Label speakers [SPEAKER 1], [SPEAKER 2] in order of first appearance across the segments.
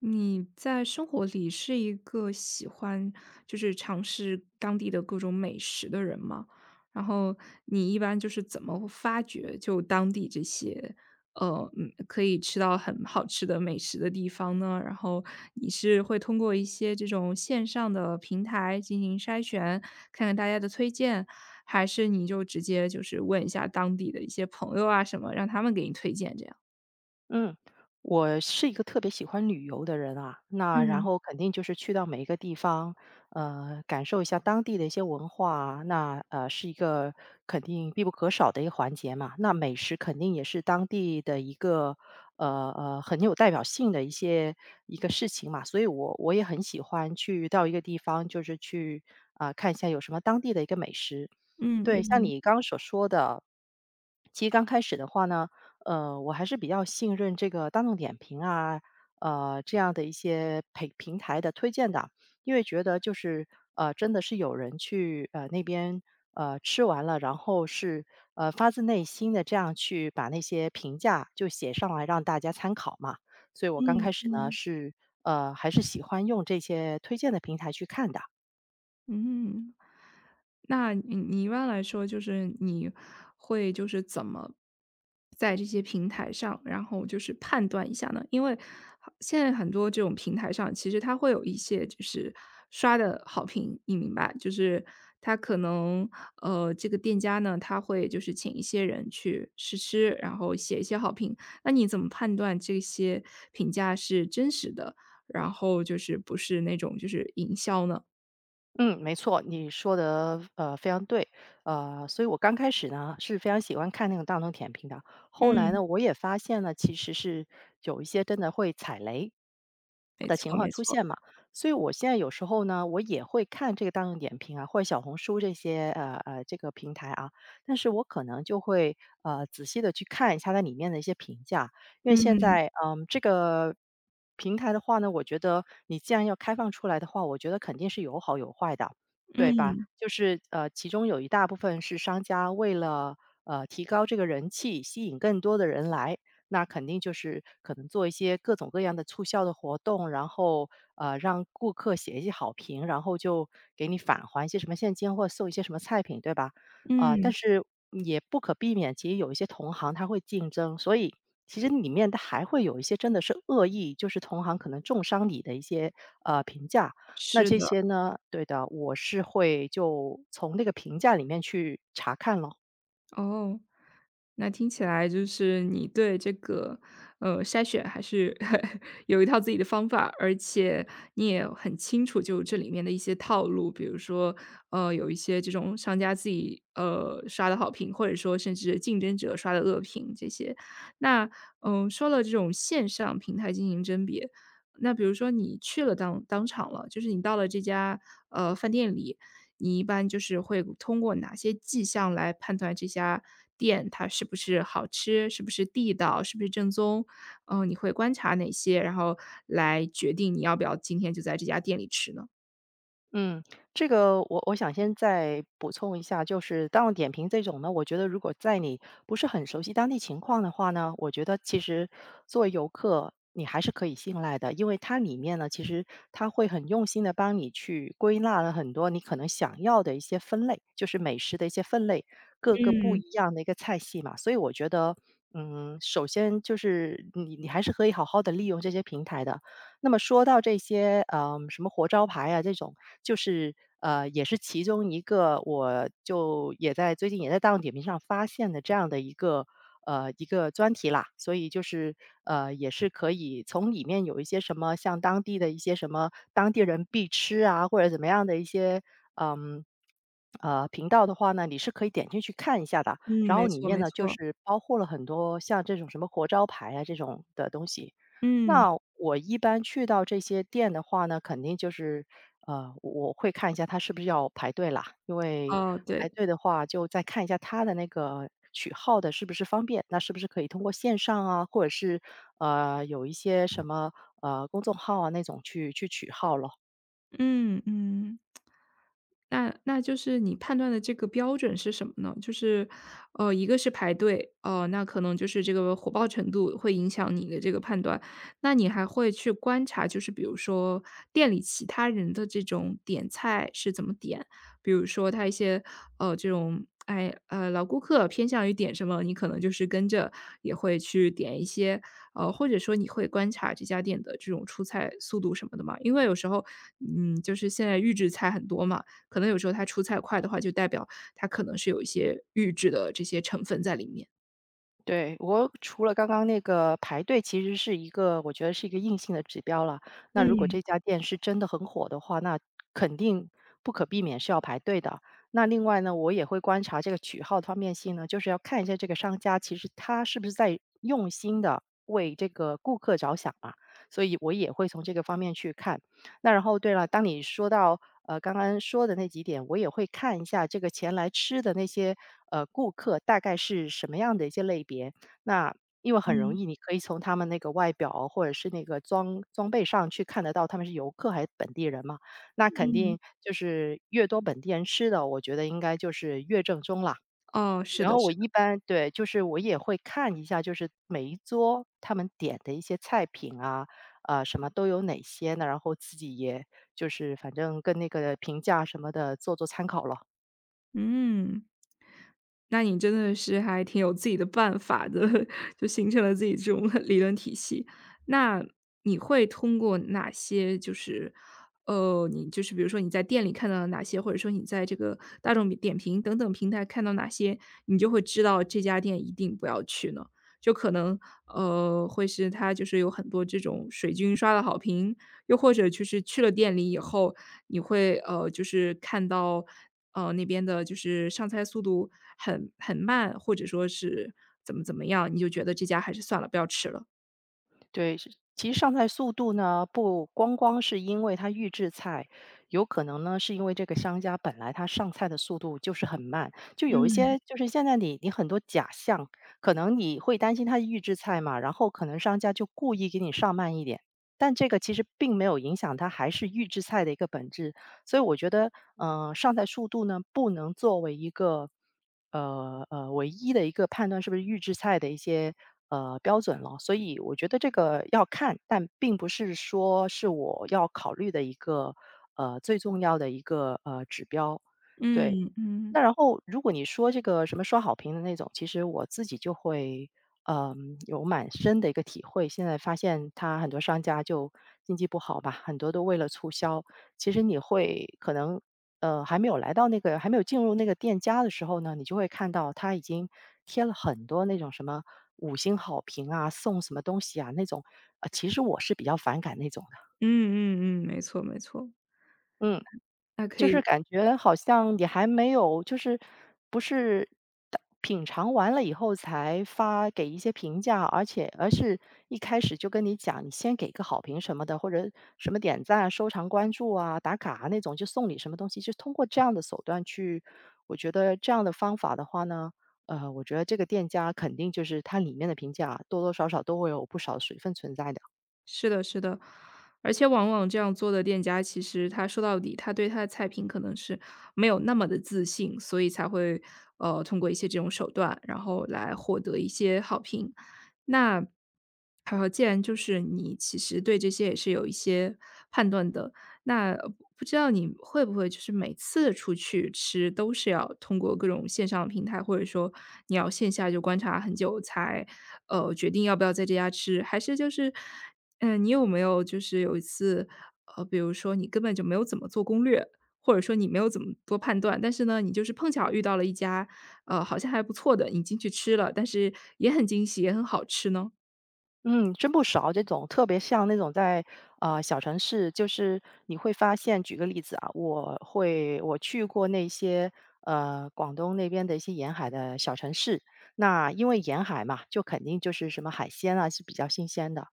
[SPEAKER 1] 你在生活里是一个喜欢尝试当地的各种美食的人吗？然后你一般怎么发掘当地这些，可以吃到很好吃的美食的地方呢？然后你是会通过一些这种线上的平台进行筛选，看看大家的推荐，还是你就直接问一下当地的一些朋友啊什么，让他们给你推荐这样？
[SPEAKER 2] 嗯，我是一个特别喜欢旅游的人啊，那然
[SPEAKER 1] 嗯，
[SPEAKER 2] 后肯定就是去到每一个地方，感受一下当地的一些文化啊那是一个肯定必不可少的一个环节嘛。那美食肯定也是当地的一个很有代表性的一些一个事情嘛，所以我也很喜欢去到一个地方，就是去啊、看一下有什么当地的一个美食。
[SPEAKER 1] 嗯
[SPEAKER 2] 对，像
[SPEAKER 1] 嗯
[SPEAKER 2] 你刚刚所说的，其实刚开始的话呢。我还是比较信任这个大众点评啊，这样的一些平台的推荐的，因为觉得就是真的是有人去那边吃完了，然后是发自内心的这样去把那些评价就写上来让大家参考嘛。所以我刚开
[SPEAKER 1] 嗯
[SPEAKER 2] 始呢
[SPEAKER 1] 嗯
[SPEAKER 2] 是还是喜欢用这些推荐的平台去看的。
[SPEAKER 1] 嗯。那你一般来说，你会怎么在这些平台上，然后判断一下呢？因为现在很多这种平台上，其实它会有一些刷的好评，你明白？就是它可能这个店家呢，他会请一些人去试吃，然后写一些好评。那你怎么判断这些评价是真实的，然后不是那种营销呢？
[SPEAKER 2] 嗯，没错，你说的非常对。所以我刚开始呢，是非常喜欢看那种大众点评的，后来
[SPEAKER 1] 嗯。
[SPEAKER 2] 呢，我也发现了其实是有一些真的会踩雷
[SPEAKER 1] 没
[SPEAKER 2] 的
[SPEAKER 1] 错，
[SPEAKER 2] 情况
[SPEAKER 1] 没
[SPEAKER 2] 出
[SPEAKER 1] 错，
[SPEAKER 2] 现嘛。所以我现在有时候呢，我也会看这个大众点评啊，或者小红书这些，这个平台啊，但是我可能就会，仔细的去看一下它里面的一些评价。因为现
[SPEAKER 1] 嗯
[SPEAKER 2] 在，嗯，这个平台的话呢，我觉得你既然要开放出来的话，我觉得肯定是有好有坏的，对
[SPEAKER 1] 嗯。
[SPEAKER 2] 吧？就是其中有一大部分是商家为了提高这个人气，吸引更多的人来，那肯定就是可能做一些各种各样的促销的活动，然后让顾客写一些好评，然后就给你返还一些什么现金或送一些什么菜品，对吧？啊，但
[SPEAKER 1] 嗯，
[SPEAKER 2] 是嗯也不可避免，其实有一些同行他会竞争，所以其实里面它还会有一些真的是恶意，就是同行可能重伤你的一些评价。那
[SPEAKER 1] 是
[SPEAKER 2] 这
[SPEAKER 1] 的，
[SPEAKER 2] 些呢，对的，我是会就从那个评价里面去查看咯。
[SPEAKER 1] 哦，那听起来你对这个，呃，筛选还是 有一套自己的方法，而且你也很清楚，就这里面的一些套路，比如说，呃，有一些这种商家自己刷的好评，或者说甚至竞争者刷的恶评这些。那说了这种线上平台进行甄别，那比如说你去了当场了，你到了这家呃饭店里，你一般会通过哪些迹象来判断这家店它是不是好吃，是不是地道，是不是正宗？嗯，你会观察哪些，然后来决定你要不要今天就在这家店里吃呢？
[SPEAKER 2] 嗯，这个我想先再补充一下，就是大众点评这种呢，我觉得如果在你不是很熟悉当地情况的话呢，我觉得其实作为游客，你还是可以信赖的，因为它里面呢，其实它会很用心的帮你去归纳了很多你可能想要的一些分类，就是美食的一些分类，各个不一
[SPEAKER 1] 嗯，
[SPEAKER 2] 样的一个菜系嘛，所以我觉得。嗯，首先就是你，你还是可以好好的利用这些平台的，那么说到这些，什么活招牌啊这种，就是也是其中一个，我就也在最近也在大众点评上发现的这样的一个一个专题啦，所以就是也是可以从里面有一些什么像当地的一些什么当地人必吃啊，或者怎么样的一些嗯。频道的话呢，你是可以点进去看一下的。
[SPEAKER 1] 嗯，
[SPEAKER 2] 然后
[SPEAKER 1] 没
[SPEAKER 2] 里
[SPEAKER 1] 错
[SPEAKER 2] 面
[SPEAKER 1] 没
[SPEAKER 2] 呢，就
[SPEAKER 1] 错，
[SPEAKER 2] 是包括了很多像这种什么活招牌啊这种的东西。
[SPEAKER 1] 嗯，
[SPEAKER 2] 那我一般去到这些店的话呢，肯定就是，我会看一下他是不是要排队啦，因为
[SPEAKER 1] 哦，
[SPEAKER 2] 排
[SPEAKER 1] 对，
[SPEAKER 2] 队的话，就再看一下他的那个取号的是不是方便，那是不是可以通过线上啊，或者是有一些什么公众号啊那种去取号了。
[SPEAKER 1] 嗯嗯。那就是你判断的这个标准是什么呢？就是，呃，一个是排队，呃，那可能就是这个火爆程度会影响你的这个判断。那你还会去观察，比如说店里其他人的这种点菜是怎么点，比如说他一些这种老顾客偏向于点什么，你可能就是跟着也会去点一些，呃，或者说你会观察这家店的这种出菜速度什么的嘛？因为有时候嗯，现在预制菜很多嘛。可能有时候它出菜快的话，就代表它可能是有一些预制的这些成分在里面。
[SPEAKER 2] 对，我除了刚刚那个排队，其实是一个我觉得是一个硬性的指标了。那如果这家店是真的很火的话，那肯定不可避免是要排队的。那另外呢，我也会观察这个取号方面性呢，就是要看一下这个商家其实他是不是在用心的为这个顾客着想嘛。所以我也会从这个方面去看。那然后对了，当你说到，刚刚说的那几点，我也会看一下这个前来吃的那些，顾客大概是什么样的一些类别。那因为很容易，你可以从他们那个外表或者是那个装备上去看得到他们是游客还是本地人嘛。那肯
[SPEAKER 1] 嗯，
[SPEAKER 2] 定就是越多本地人吃的，我觉得应该就是越正宗啦。
[SPEAKER 1] 哦，是
[SPEAKER 2] 然
[SPEAKER 1] 的，
[SPEAKER 2] 后我
[SPEAKER 1] 是
[SPEAKER 2] 一
[SPEAKER 1] 的。
[SPEAKER 2] 般对，就是我也会看一下，就是每一桌他们点的一些菜品啊，啊，什么都有哪些呢，然后自己也就是反正跟那个评价什么的做做参考了。
[SPEAKER 1] 嗯。那你真的是还挺有自己的办法的，就形成了自己这种 理论体系。那你会通过哪些你比如说你在店里看到了哪些，或者说你在这个大众点评等等平台看到哪些，你就会知道这家店一定不要去呢？就可能，呃，会是它有很多这种水军刷的好评，又或者就是去了店里以后，你会看到呃那边的就是上菜速度很慢，或者说是怎么样，你就觉得这家还是算了，不要吃了。
[SPEAKER 2] 对，是其实上菜速度呢，不光光是因为它预制菜，有可能呢是因为这个商家本来他上菜的速度就是很慢，就有一
[SPEAKER 1] 嗯
[SPEAKER 2] 些就是现在你很多假象，可能你会担心它预制菜嘛，然后可能商家就故意给你上慢一点，但这个其实并没有影响它还是预制菜的一个本质，所以我觉得，嗯，上菜速度呢不能作为一个。唯一的一个判断是不是预制菜的一些标准了。所以我觉得这个要看，但并不是说是我要考虑的一个最重要的一个指标。对，
[SPEAKER 1] 嗯嗯
[SPEAKER 2] 那然后如果你说这个什么刷好评的那种，其实我自己就会嗯，有蛮深的一个体会。现在发现他很多商家就经济不好吧，很多都为了促销，其实你会可能，还没有来到那个还没有进入那个店家的时候呢，你就会看到他已经贴了很多那种什么五星好评啊，送什么东西啊那种，其实我是比较反感那种的。
[SPEAKER 1] 嗯嗯嗯，没错没错，
[SPEAKER 2] 嗯。
[SPEAKER 1] 那可
[SPEAKER 2] 就是
[SPEAKER 1] 以
[SPEAKER 2] 感觉好像也还没有，就是不是当品尝完了以后才发给一些评价，而且而是一开始就跟你讲，你先给个好评什么的，或者什么点赞啊、收藏、关注啊、打卡啊那种，就送你什么东西，就通过这样的手段去，我觉得这样的方法的话呢，我觉得这个店家肯定就是它里面的评价多多少少都会有不少水分存在的。
[SPEAKER 1] 是的，是的，而且往往这样做的店家，其实他说到底，他对他的菜品可能是没有那么的自信，所以才会通过一些这种手段，然后来获得一些好评。那好，既然你其实对这些也是有一些判断的，那呃不知道你会不会每次出去吃都是要通过各种线上的平台，或者说你要线下就观察很久才决定要不要在这家吃，还是你有没有有一次，呃，比如说你根本就没有怎么做攻略，或者说你没有怎么多判断，但是呢，你碰巧遇到了一家，呃，好像还不错的，你进去吃了，但是也很惊喜，也很好吃呢？
[SPEAKER 2] 嗯，真不少这种特别像那种在啊小城市，就是你会发现，举个例子啊，我去过那些广东那边的一些沿海的小城市，那因为沿海嘛，就肯定就是什么海鲜啊是比较新鲜的。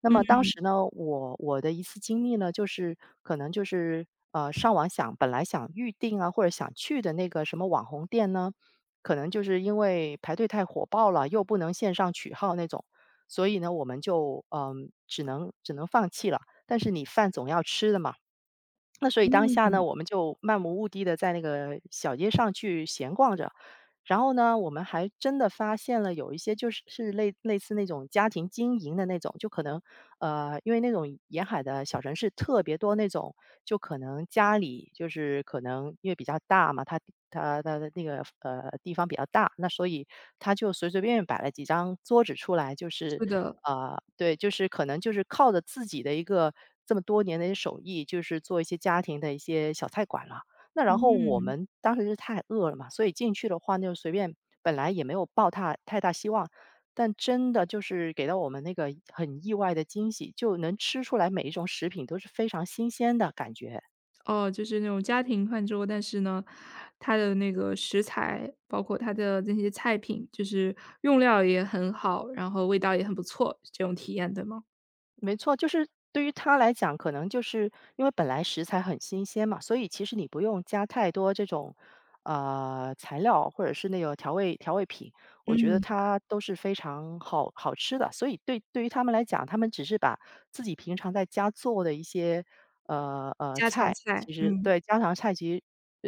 [SPEAKER 2] 那么当时呢，我的一次经历呢，就是可能就是上网想本来想预定啊或者想去的那个什么网红店呢，可能就是因为排队太火爆了，又不能线上取号那种。所以呢，我们就，嗯，只能放弃了。但是你饭总要吃的嘛，那所以当下呢，我们就漫无目的的在那个小街上去闲逛着。然后呢，我们还真的发现了有一些就是是类似那种家庭经营的那种，就可能因为那种沿海的小城市特别多那种，就可能家里就是可能因为比较大嘛，它的那个地方比较大，那所以他就随随便便摆了几张桌子出来，就是
[SPEAKER 1] 是的，
[SPEAKER 2] 对，就是可能就是靠着自己的一个这么多年的一些手艺，就是做一些家庭的一些小菜馆了。那然后我
[SPEAKER 1] 嗯。
[SPEAKER 2] 们当时是太饿了嘛，所以进去的话就随便，本来也没有抱太大希望，但真的就是给到我们那个很意外的惊喜，就能吃出来每一种食品都是非常新鲜的感觉。
[SPEAKER 1] 哦，就是那种家庭饭桌，但是呢，它的那个食材，包括它的那些菜品，用料也很好，然后味道也很不错，这种体验，对吗？
[SPEAKER 2] 没错，就是对于他来讲，可能就是因为本来食材很新鲜嘛，所以其实你不用加太多这种材料或者是那个调味品，我觉得
[SPEAKER 1] 嗯，
[SPEAKER 2] 它都是非常好吃的。所以对于他们来讲，他们只是把自己平常在家做的一些
[SPEAKER 1] 家常
[SPEAKER 2] 菜，
[SPEAKER 1] 菜，
[SPEAKER 2] 其实
[SPEAKER 1] 嗯。
[SPEAKER 2] 对家常菜其实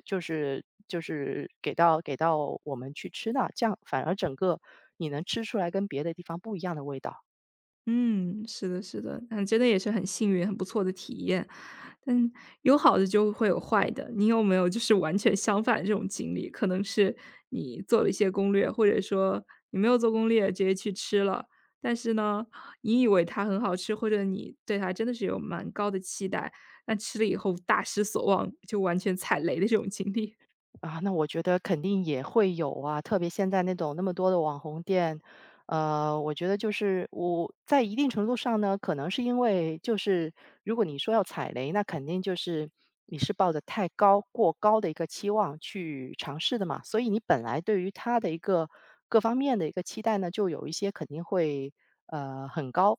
[SPEAKER 2] 就是给到我们去吃的，这样反而整个你能吃出来跟别的地方不一样的味道。
[SPEAKER 1] 嗯，是的，是的，嗯，真的也是很幸运，很不错的体验。但有好的就会有坏的，你有没有完全相反的这种经历？可能是你做了一些攻略，或者说你没有做攻略，直接去吃了，但是呢，你以为它很好吃，或者你对它真的是有蛮高的期待，但吃了以后大失所望，就完全踩雷的这种经历。
[SPEAKER 2] 啊，那我觉得肯定也会有啊，特别现在那种那么多的网红店。我觉得就是我在一定程度上呢，可能是因为就是如果你说要踩雷，那肯定就是你是抱着过高的一个期望去尝试的嘛，所以你本来对于它的一个各方面的一个期待呢，就有一些肯定会很高。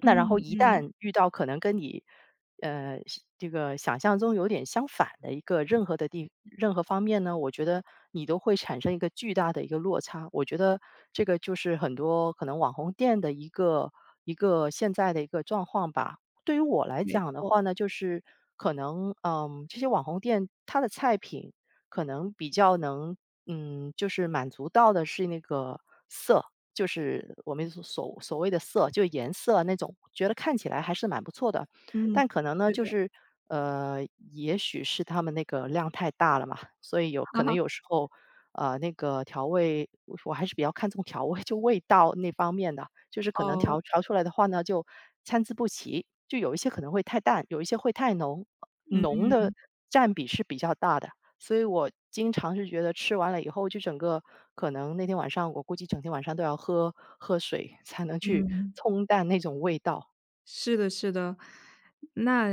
[SPEAKER 2] 那然后
[SPEAKER 1] 嗯
[SPEAKER 2] 一
[SPEAKER 1] 嗯，
[SPEAKER 2] 旦遇到可能跟你，呃，这个想象中有点相反的一个任何的任何方面呢，我觉得你都会产生一个巨大的一个落差。我觉得这个就是很多可能网红店的一个现在的一个状况吧。对于我来
[SPEAKER 1] 没
[SPEAKER 2] 讲的
[SPEAKER 1] 错，
[SPEAKER 2] 话呢，就是可能，嗯，这些网红店它的菜品可能比较能，嗯，就是满足到的是那个色，就是我们所谓的色，就颜色那种，觉得看起来还是蛮不错的。
[SPEAKER 1] 嗯，
[SPEAKER 2] 但可能呢，
[SPEAKER 1] 对
[SPEAKER 2] 就
[SPEAKER 1] 的，
[SPEAKER 2] 是 呃，也许是他们那个量太大了嘛，所以有可
[SPEAKER 1] 哈
[SPEAKER 2] 能
[SPEAKER 1] 哈，
[SPEAKER 2] 有时候，那个调味，我还是比较看重调味，就味道那方面的，就是可能
[SPEAKER 1] 哦，
[SPEAKER 2] 调出来的话呢，就参差不齐，就有一些可能会太淡，有一些会太浓，
[SPEAKER 1] 嗯
[SPEAKER 2] 浓的占比是比较大的。所以我经常是觉得吃完了以后，就整个可能那天晚上我估计整天晚上都要喝水才能去
[SPEAKER 1] 嗯。
[SPEAKER 2] 冲淡那种味道。
[SPEAKER 1] 是的，是的。那，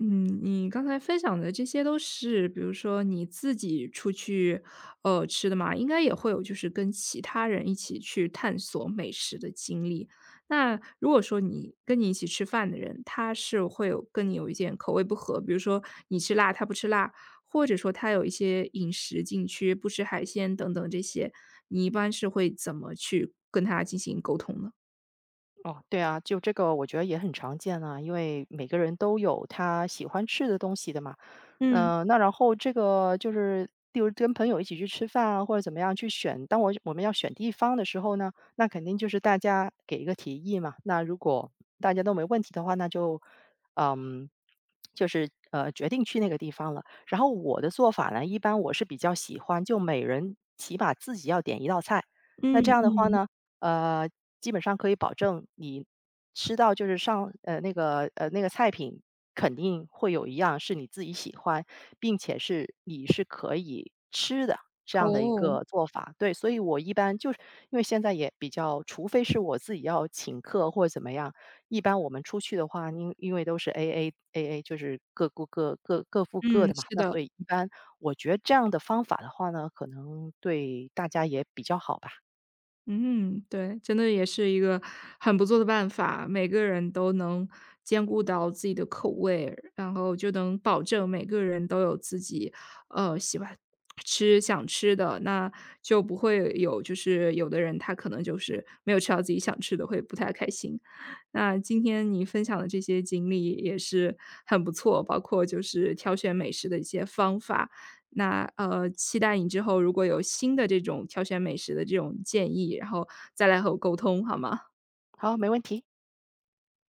[SPEAKER 1] 嗯，你刚才分享的这些都是，比如说你自己出去，呃，吃的嘛，应该也会有跟其他人一起去探索美食的经历。那如果说你跟你一起吃饭的人，他是会有跟你有一点口味不合，比如说你吃辣，他不吃辣，或者说他有一些饮食禁区，不吃海鲜等等这些，你一般是会怎么去跟他进行沟通呢？
[SPEAKER 2] 哦，对啊，就这个我觉得也很常见啊，因为每个人都有他喜欢吃的东西的嘛。
[SPEAKER 1] 嗯
[SPEAKER 2] 嗯、那然后这个就是，例如跟朋友一起去吃饭啊，或者怎么样去选。当我们要选地方的时候呢，那肯定就是大家给一个提议嘛。那如果大家都没问题的话，那就嗯，就是决定去那个地方了。然后我的做法呢，一般我是比较喜欢，就每人起码自己要点一道菜。那这
[SPEAKER 1] 嗯
[SPEAKER 2] 样的话
[SPEAKER 1] 嗯。
[SPEAKER 2] 呢？呃，基本上可以保证你吃到就是上那个菜品肯定会有一样是你自己喜欢，并且是你是可以吃的这样的一
[SPEAKER 1] 哦。
[SPEAKER 2] 个做法。对，所以我一般就是因为现在也比较除非是我自己要请客或者怎么样，一般我们出去的话，因为都是 AA，就是各顾各各付各
[SPEAKER 1] 嗯，
[SPEAKER 2] 的嘛，
[SPEAKER 1] 是
[SPEAKER 2] 那
[SPEAKER 1] 的，
[SPEAKER 2] 所以一般我觉得这样的方法的话呢，可能对大家也比较好吧。
[SPEAKER 1] 嗯，对，真的也是一个很不错的办法，每个人都能兼顾到自己的口味，然后就能保证每个人都有自己，呃，喜欢吃、想吃的，那就不会有有的人他可能没有吃到自己想吃的，会不太开心。那今天你分享的这些经历也是很不错，包括挑选美食的一些方法，那，呃，期待你之后如果有新的这种挑选美食的这种建议，然后再来和我沟通，好吗？
[SPEAKER 2] 好，没问题。